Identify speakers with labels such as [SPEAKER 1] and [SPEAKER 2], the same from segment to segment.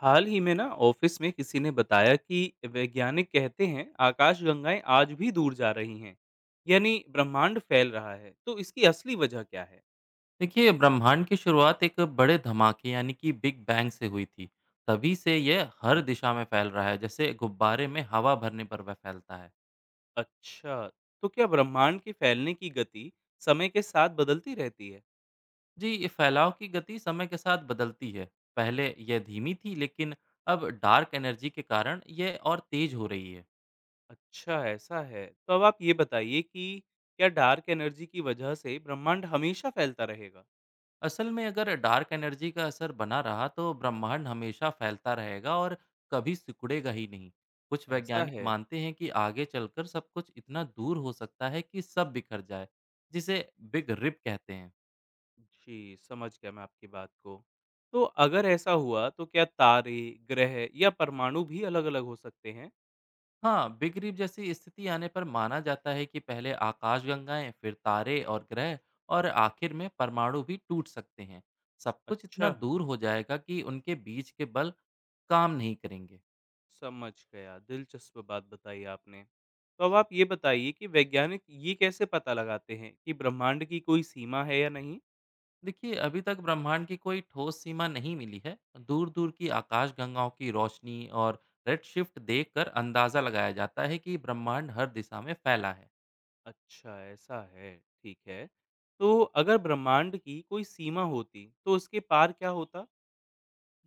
[SPEAKER 1] हाल ही में ना ऑफिस में किसी ने बताया कि वैज्ञानिक कहते हैं आकाशगंगाएं आज भी दूर जा रही हैं यानी ब्रह्मांड फैल रहा है तो इसकी असली वजह क्या है।
[SPEAKER 2] देखिए, ब्रह्मांड की शुरुआत एक बड़े धमाके यानी कि बिग बैंग से हुई थी। तभी से यह हर
[SPEAKER 1] जी।
[SPEAKER 2] दिशा में फैल रहा है, जैसे गुब्बारे में हवा भरने पर वह फैलता है।
[SPEAKER 1] अच्छा, तो क्या ब्रह्मांड के फैलने की गति समय के साथ बदलती रहती है।
[SPEAKER 2] जी, ये फैलाव की गति समय के साथ बदलती है। पहले यह धीमी थी, लेकिन अब डार्क एनर्जी के कारण यह और तेज हो रही है।
[SPEAKER 1] अच्छा ऐसा है, तो अब आप ये बताइए कि क्या डार्क एनर्जी की वजह से ब्रह्मांड हमेशा फैलता रहेगा।
[SPEAKER 2] असल में अगर डार्क एनर्जी का असर बना रहा तो ब्रह्मांड हमेशा फैलता रहेगा और कभी सिकुड़ेगा ही नहीं। कुछ
[SPEAKER 1] ऐसा
[SPEAKER 2] वैज्ञानिक
[SPEAKER 1] है।
[SPEAKER 2] मानते हैं कि आगे चलकर सब कुछ इतना दूर हो सकता है कि सब बिखर जाए, जिसे बिग रिप कहते हैं।
[SPEAKER 1] जी, समझ गया मैं आपकी बात को। तो अगर ऐसा हुआ तो क्या तारे, ग्रह या परमाणु भी अलग-अलग हो सकते हैं?
[SPEAKER 2] हाँ, बिग रिप जैसी स्थिति आने पर माना जाता है कि पहले आकाशगंगाएं, फिर तारे और ग्रह, और आखिर में परमाणु भी टूट सकते हैं। सब कुछ इतना
[SPEAKER 1] अच्छा,
[SPEAKER 2] दूर हो जाएगा कि उनके बीच के बल काम नहीं करेंगे।
[SPEAKER 1] समझ गया। दिलचस्प बात बताई आपने। तो अब आप ये बताइए कि वैज्ञानिक ये कैसे पता लगाते हैं कि ब्रह्मांड की कोई सीमा है या नहीं?
[SPEAKER 2] देखिए, अभी तक ब्रह्मांड की कोई ठोस सीमा नहीं मिली है। दूर दूर की आकाश गंगाओं की रोशनी और रेड शिफ्ट देख अंदाज़ा लगाया जाता है कि ब्रह्मांड हर दिशा में फैला है।
[SPEAKER 1] अच्छा, ऐसा है, ठीक है। तो अगर ब्रह्मांड की कोई सीमा होती तो उसके पार क्या होता?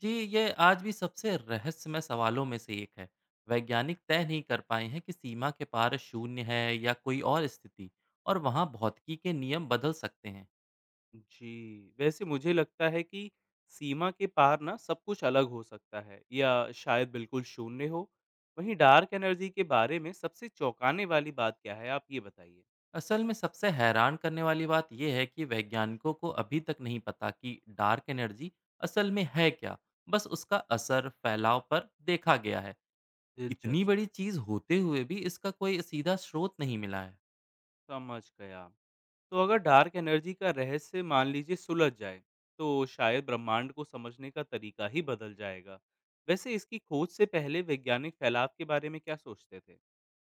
[SPEAKER 2] जी, ये आज भी सबसे रहस्यमय सवालों में से एक है। वैज्ञानिक तय नहीं कर पाए हैं कि सीमा के पार शून्य है या कोई और स्थिति, और वहाँ भौतिकी के नियम बदल सकते हैं।
[SPEAKER 1] जी, वैसे मुझे लगता है कि सीमा के पार ना सब कुछ अलग हो सकता है या शायद बिल्कुल शून्य हो। वहीं डार्क एनर्जी के बारे में सबसे चौंकाने वाली बात क्या है, आप ये बताइए?
[SPEAKER 2] असल में सबसे हैरान करने वाली बात यह है कि वैज्ञानिकों को अभी तक नहीं पता कि डार्क एनर्जी असल में है क्या। बस उसका असर फैलाव पर देखा गया है। इतनी
[SPEAKER 1] दिलचस्प,
[SPEAKER 2] बड़ी चीज होते हुए भी इसका कोई सीधा स्रोत नहीं मिला है।
[SPEAKER 1] समझ गया। तो अगर डार्क एनर्जी का रहस्य मान लीजिए सुलझ जाए, तो शायद ब्रह्मांड को समझने का तरीका ही बदल जाएगा। वैसे इसकी खोज से पहले वैज्ञानिक फैलाव के बारे में क्या सोचते थे?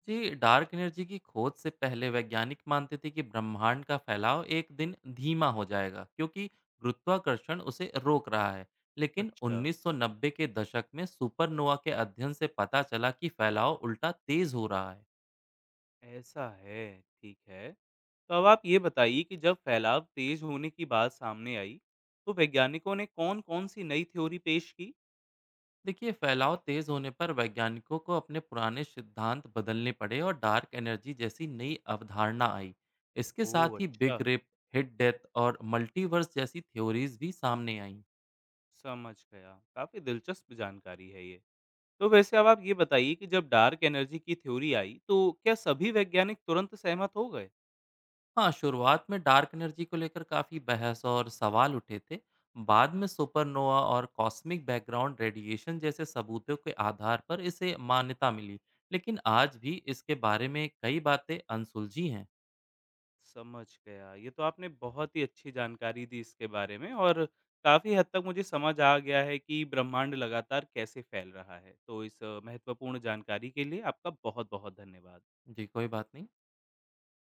[SPEAKER 2] जी, डार्क एनर्जी की खोज से पहले वैज्ञानिक मानते थे कि ब्रह्मांड का फैलाव एक दिन धीमा हो जाएगा, क्योंकि गुरुत्वाकर्षण उसे रोक रहा है। लेकिन
[SPEAKER 1] अच्छा,
[SPEAKER 2] 1990 के दशक में सुपरनोवा के अध्ययन से पता चला कि फैलाव उल्टा तेज हो रहा है।
[SPEAKER 1] ऐसा है, ठीक है। तो अब आप ये बताइए कि जब फैलाव तेज होने की बात सामने आई, तो वैज्ञानिकों ने कौन-कौन सी नई थ्योरी पेश की?
[SPEAKER 2] देखिए, फैलाव तेज होने पर वैज्ञानिकों को अपने पुराने सिद्धांत बदलने पड़े और डार्क एनर्जी जैसी नई अवधारणा आई। इसके
[SPEAKER 1] ओह!
[SPEAKER 2] साथ ही बिग
[SPEAKER 1] अच्छा,
[SPEAKER 2] रिप, हिट डेथ और मल्टीवर्स जैसी थ्योरीज भी सामने आईं।
[SPEAKER 1] समझ गया। काफ़ी दिलचस्प जानकारी है ये। तो वैसे अब आप ये बताइए कि जब डार्क एनर्जी की थ्योरी आई, तो क्या सभी वैज्ञानिक तुरंत सहमत हो गए?
[SPEAKER 2] हाँ, शुरुआत में डार्क एनर्जी को लेकर काफ़ी बहस और सवाल उठे थे। बाद में सुपरनोवा और कॉस्मिक बैकग्राउंड रेडिएशन जैसे सबूतों के आधार पर इसे मान्यता मिली। लेकिन आज भी इसके बारे में कई बातें अनसुलझी हैं।
[SPEAKER 1] समझ गया। ये तो आपने बहुत ही अच्छी जानकारी दी इसके बारे में और काफ़ी हद तक मुझे समझ आ गया है कि ब्रह्मांड लगातार कैसे फैल रहा है। तो इस महत्वपूर्ण जानकारी के लिए आपका बहुत-बहुत धन्यवाद।
[SPEAKER 2] जी, कोई बात नहीं।